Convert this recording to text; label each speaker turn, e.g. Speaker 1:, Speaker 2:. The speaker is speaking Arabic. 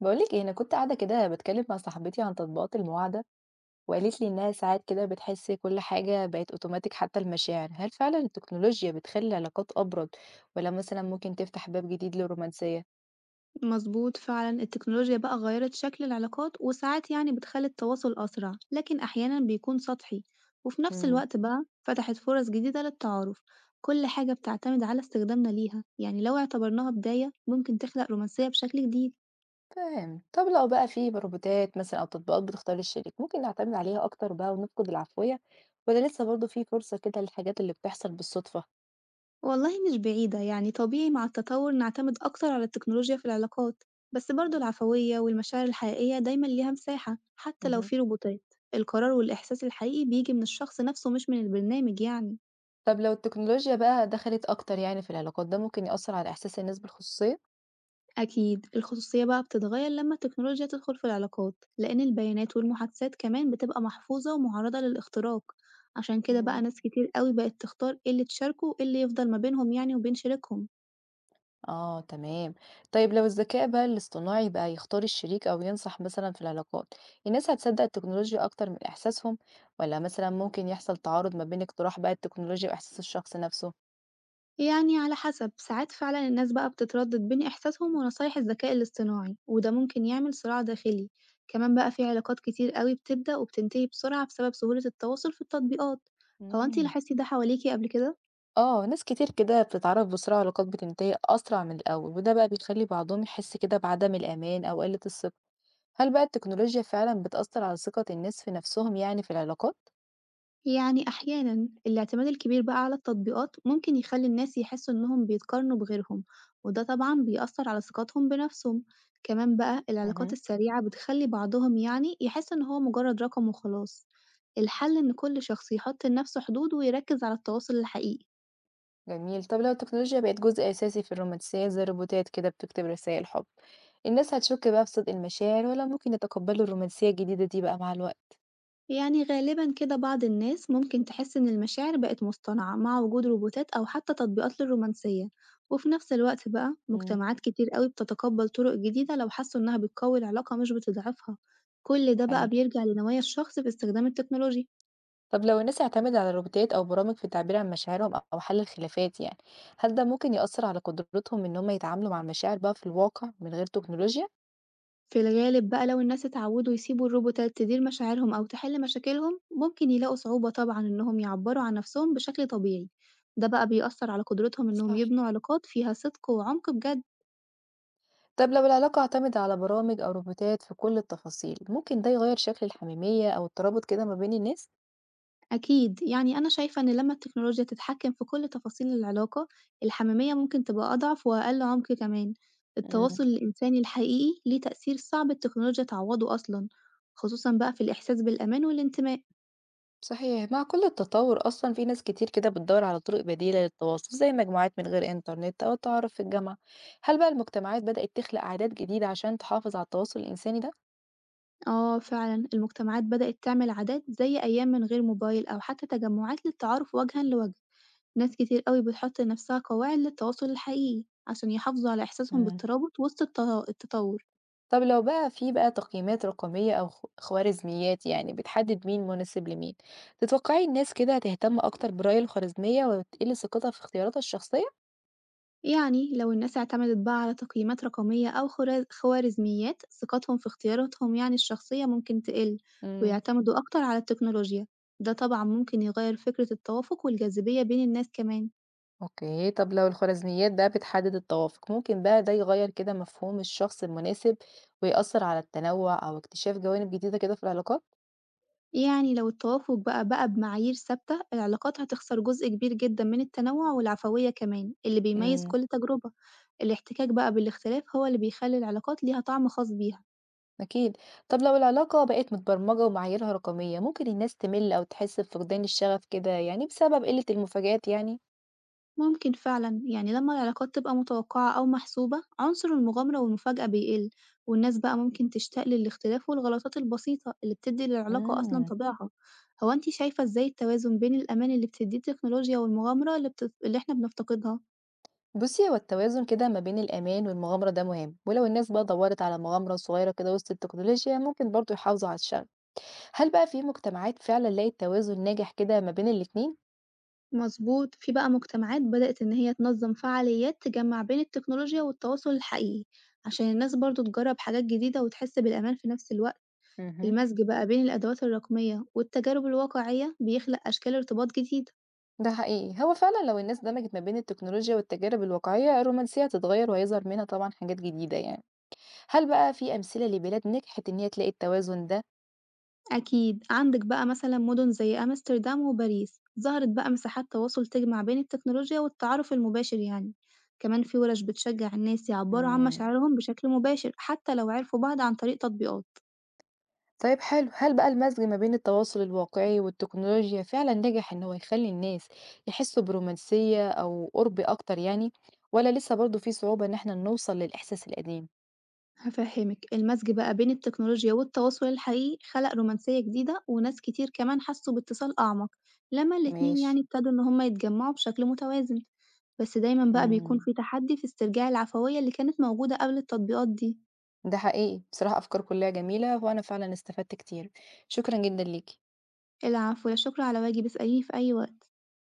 Speaker 1: بقولك ايه، انا كنت قاعده كده بتكلم مع صاحبتي عن تطبيقات المواعده، وقالت لي انها ساعات كده بتحس كل حاجه بقت اوتوماتيك حتى المشاعر. هل فعلا التكنولوجيا بتخلي العلاقات ابرد، ولا مثلا ممكن تفتح باب جديد للرومانسيه؟
Speaker 2: مظبوط فعلا، التكنولوجيا بقى غيرت شكل العلاقات وساعات يعني بتخلي التواصل أسرع، لكن أحيانا بيكون سطحي. وفي نفس
Speaker 1: امم.
Speaker 2: الوقت بقى فتحت فرص جديدة للتعارف. كل حاجة بتعتمد على استخدامنا ليها، يعني لو اعتبرناها بداية ممكن تخلق رومانسية بشكل جديد.
Speaker 1: فاهم. طب لو بقى في روبوتات مثلا او تطبيقات بتختار الشريك، ممكن نعتمد عليها اكتر بقى ونفقد العفويه، ولا لسه برضه في فرصه كده للحاجات اللي بتحصل بالصدفه؟
Speaker 2: والله مش بعيدة، يعني طبيعي مع التطور نعتمد أكتر على التكنولوجيا في العلاقات، بس برضه العفوية والمشاعر الحقيقية دايما ليها مساحة حتى لو
Speaker 1: امم.
Speaker 2: في روبوتات. القرار والإحساس الحقيقي بيجي من الشخص نفسه، مش من البرنامج يعني.
Speaker 1: طب لو التكنولوجيا بقى دخلت اكتر يعني في العلاقات، ده ممكن يأثر على احساس الناس بالخصوصيه؟
Speaker 2: أكيد الخصوصية بقى بتتغير لما التكنولوجيا تدخل في العلاقات، لأن البيانات والمحادثات كمان بتبقى محفوظة ومعرضة للاختراق. عشان كده
Speaker 1: مم.
Speaker 2: بقى ناس كتير قوي بقت تختار ايه اللي تشاركه وايه اللي يفضل ما بينهم يعني وبين شريكهم.
Speaker 1: آه تمام. طيب لو الذكاء بقى الاصطناعي بقى يختار الشريك أو ينصح مثلا في العلاقات، الناس هتصدق التكنولوجيا أكتر من إحساسهم، ولا مثلا ممكن يحصل تعارض ما بين اقتراح بقى التكنولوجيا وإحساس الشخص نفسه؟
Speaker 2: يعني على حسب، ساعات فعلا الناس بقى بتتردد بين إحساسهم ونصايح الذكاء الاصطناعي، وده ممكن يعمل صراع داخلي. كمان بقى في علاقات كتير قوي بتبدأ وبتنتهي بسرعة بسبب سهولة التواصل في التطبيقات. هو انتي
Speaker 1: مم.
Speaker 2: لاحظتي ده حواليكي قبل كده؟
Speaker 1: آه، ناس كتير كده بتتعرف بسرعة، علاقات بتنتهي أسرع من الأول، وده بقى بيخلي بعضهم يحس كده بعدم الأمان أو قلة الثقة. هل بقى التكنولوجيا فعلا بتأثر على ثقة الناس في نفسهم يعني في العلاقات؟
Speaker 2: يعني أحيانًا الاعتماد الكبير بقى على التطبيقات ممكن يخلي الناس يحسوا إنهم بيتقارنوا بغيرهم، وده طبعًا بيأثر على ثقتهم بنفسهم، كمان بقى العلاقات
Speaker 1: مهم.
Speaker 2: السريعة بتخلي بعضهم يعني يحس إن هو مجرد رقم وخلاص. الحل إن كل شخص يحط لنفسه حدود ويركز على التواصل الحقيقي.
Speaker 1: جميل، طب لو التكنولوجيا بقت جزء أساسي في الرومانسيات زي الروبوتات كده بتكتب رسائل حب، الناس هتشك بقى في صدق المشاعر، ولا ممكن يتقبلوا الرومانسية الجديدة دي بقى مع الوقت؟
Speaker 2: يعني غالبا كده بعض الناس ممكن تحس إن المشاعر بقت مصطنعة مع وجود روبوتات أو حتى تطبيقات للرومانسية، وفي نفس الوقت بقى
Speaker 1: امم.
Speaker 2: مجتمعات كتير قوي بتتقبل طرق جديدة لو حسوا إنها بتقوي العلاقة مش بتضعفها. كل ده بقى
Speaker 1: حلو،
Speaker 2: بيرجع لنوايا الشخص في استخدام التكنولوجيا.
Speaker 1: طب لو الناس اعتمدت على الروبوتات أو برامج في التعبير عن مشاعرهم أو حل الخلافات يعني، هل ده ممكن يأثر على قدرتهم إن هم يتعاملوا مع المشاعر بقى في الواقع من غير تكنولوجيا؟
Speaker 2: في الغالب بقى لو الناس اتعودوا يسيبوا الروبوتات تدير مشاعرهم أو تحل مشاكلهم، ممكن يلاقوا صعوبة طبعا إنهم يعبروا عن نفسهم بشكل طبيعي. ده بقى بيأثر على قدرتهم إنهم
Speaker 1: صح.
Speaker 2: يبنوا علاقات فيها صدق وعمق بجد.
Speaker 1: طب لو العلاقة اعتمد على برامج أو روبوتات في كل التفاصيل، ممكن ده يغير شكل الحميمية أو الترابط كده ما بين الناس؟
Speaker 2: أكيد، يعني أنا شايفة إن لمّا التكنولوجيا تتحكم في كل تفاصيل العلاقة، الحميمية ممكن تبقى أضعف وأقل عمق كمان، التواصل الإنساني الحقيقي ليه تأثير صعب التكنولوجيا تعوّضه أصلًا، خصوصًا بقى في الإحساس بالأمان والانتماء.
Speaker 1: صحيح، مع كل التطور أصلًا في ناس كتير كده بتدوّر على طرق بديلة للتواصل، زي مجموعات من غير إنترنت أو التعارف في الجامعة. هل بقى المجتمعات بدأت تخلق عادات جديدة عشان تحافظ على التواصل الإنساني ده؟
Speaker 2: آه فعلًا، المجتمعات بدأت تعمل عادات زي أيام من غير موبايل أو حتى تجمعات للتعارف وجهًا لوجه، ناس كتير أوي بتحط لنفسها قواعد للتواصل الحقيقي عشان يحافظوا على إحساسهم
Speaker 1: امم.
Speaker 2: بالترابط وسط التطور.
Speaker 1: طب لو بقى في تقييمات رقمية أو خوارزميات يعني بتحدد مين مناسب لمين، تتوقعي الناس كده هتهتم أكتر بالرأي الخوارزمية وتقل ثقتها في اختياراتها الشخصية؟
Speaker 2: يعني لو الناس اعتمدت بقى على تقييمات رقمية أو خوارزميات، ثقتهم في اختياراتهم يعني الشخصية ممكن تقل،
Speaker 1: امم.
Speaker 2: ويعتمدوا أكتر على التكنولوجيا. ده طبعا ممكن يغير فكرة التوافق والجاذبية بين الناس كمان.
Speaker 1: أوكي، طب لو الخوارزميات بقى بتحدد التوافق، ممكن بقى ده يغيّر كده مفهوم الشخص المناسب ويأثّر على التنوّع أو اكتشاف جوانب جديدة كده في العلاقات؟
Speaker 2: يعني لو التوافق بقى بمعايير ثابتة، العلاقات هتخسر جزء كبير جدا من التنوع والعفوية كمان اللي بيميز
Speaker 1: إمم.
Speaker 2: كل تجربة. الاحتكاك بقى بالاختلاف هو اللي بيخلي العلاقات ليها طعم خاص بيها.
Speaker 1: أكيد. طب لو العلاقة بقت متبرمجة ومعاييرها رقمية، ممكن الناس تمِل أو تحس بفقدان الشغف كده يعني بسبب قِلّة المفاجآت يعني؟
Speaker 2: ممكن فعلًا، يعني لما العلاقات تبقى متوقعة أو محسوبة، عنصر المغامرة والمفاجأة بيقل، والناس بقى ممكن تشتاق للاختلاف والغلطات البسيطة اللي بتدي للعلاقة أصلًا
Speaker 1: إمم.
Speaker 2: طابعها. هو أنتِ شايفة إزاي التوازن بين الأمان اللي بتديه التكنولوجيا والمغامرة اللي إحنا بنفتقدها؟
Speaker 1: بُصّي، هو التوازن كده ما بين الأمان والمغامرة ده مهم، ولو الناس بقى دوّرت على مغامرة صغيرة كده وسط التكنولوجيا، ممكن برضه يحافظوا على الشغف. هل بقى في مجتمعات فعلًا لقِت توازن ناجح كده ما بين الاتنين؟
Speaker 2: مظبوط، في بقى مجتمعات بدأت إن هي تنظم فعاليات تجمع بين التكنولوجيا والتواصل الحقيقي، عشان الناس برضه تجرب حاجات جديدة وتحس بالأمان في نفس الوقت.
Speaker 1: اهم.
Speaker 2: المزج بقى بين الأدوات الرقمية والتجارب الواقعية بيخلق أشكال ارتباط جديدة.
Speaker 1: ده حقيقي، هو فعلا لو الناس دمجت ما بين التكنولوجيا والتجارب الواقعية، الرومانسية هتتغير وهيظهر منها طبعا حاجات جديدة يعني. هل بقى في أمثلة لبلاد نجحت إن هي تلاقي التوازن ده؟
Speaker 2: أكيد عندك بقى مثلا مدن زي أمستردام وباريس، ظهرت بقى مساحات تواصل تجمع بين التكنولوجيا والتعارف المباشر يعني، كمان في ورش بتشجع الناس يعبروا عن
Speaker 1: مم.
Speaker 2: مشاعرهم بشكل مباشر حتى لو عرفوا بعض عن طريق تطبيقات.
Speaker 1: طيب حلو، هل بقى المزج ما بين التواصل الواقعي والتكنولوجيا فعلا نجح إن هو يخلي الناس يحسوا برومانسية أو قرب أكتر يعني، ولا لسه برضو في صعوبة إن احنا نوصل للإحساس القديم؟
Speaker 2: هفهمك، المزج بقى بين التكنولوجيا والتواصل الحقيقي خلق رومانسية جديدة، وناس كتير كمان حسوا باتصال أعمق لما الاتنين
Speaker 1: ماشي.
Speaker 2: يعني ابتدوا إن هما يتجمعوا بشكل متوازن. بس دايما بقى بيكون
Speaker 1: مم.
Speaker 2: في تحدي في استرجاع العفوية اللي كانت موجودة قبل التطبيقات دي.
Speaker 1: ده حقيقي، بصراحة أفكار كلها جميلة وأنا فعلا استفدت كتير. شكرا جدا ليكي.
Speaker 2: العفو، لا شكر على واجب، اسأليني في أي وقت.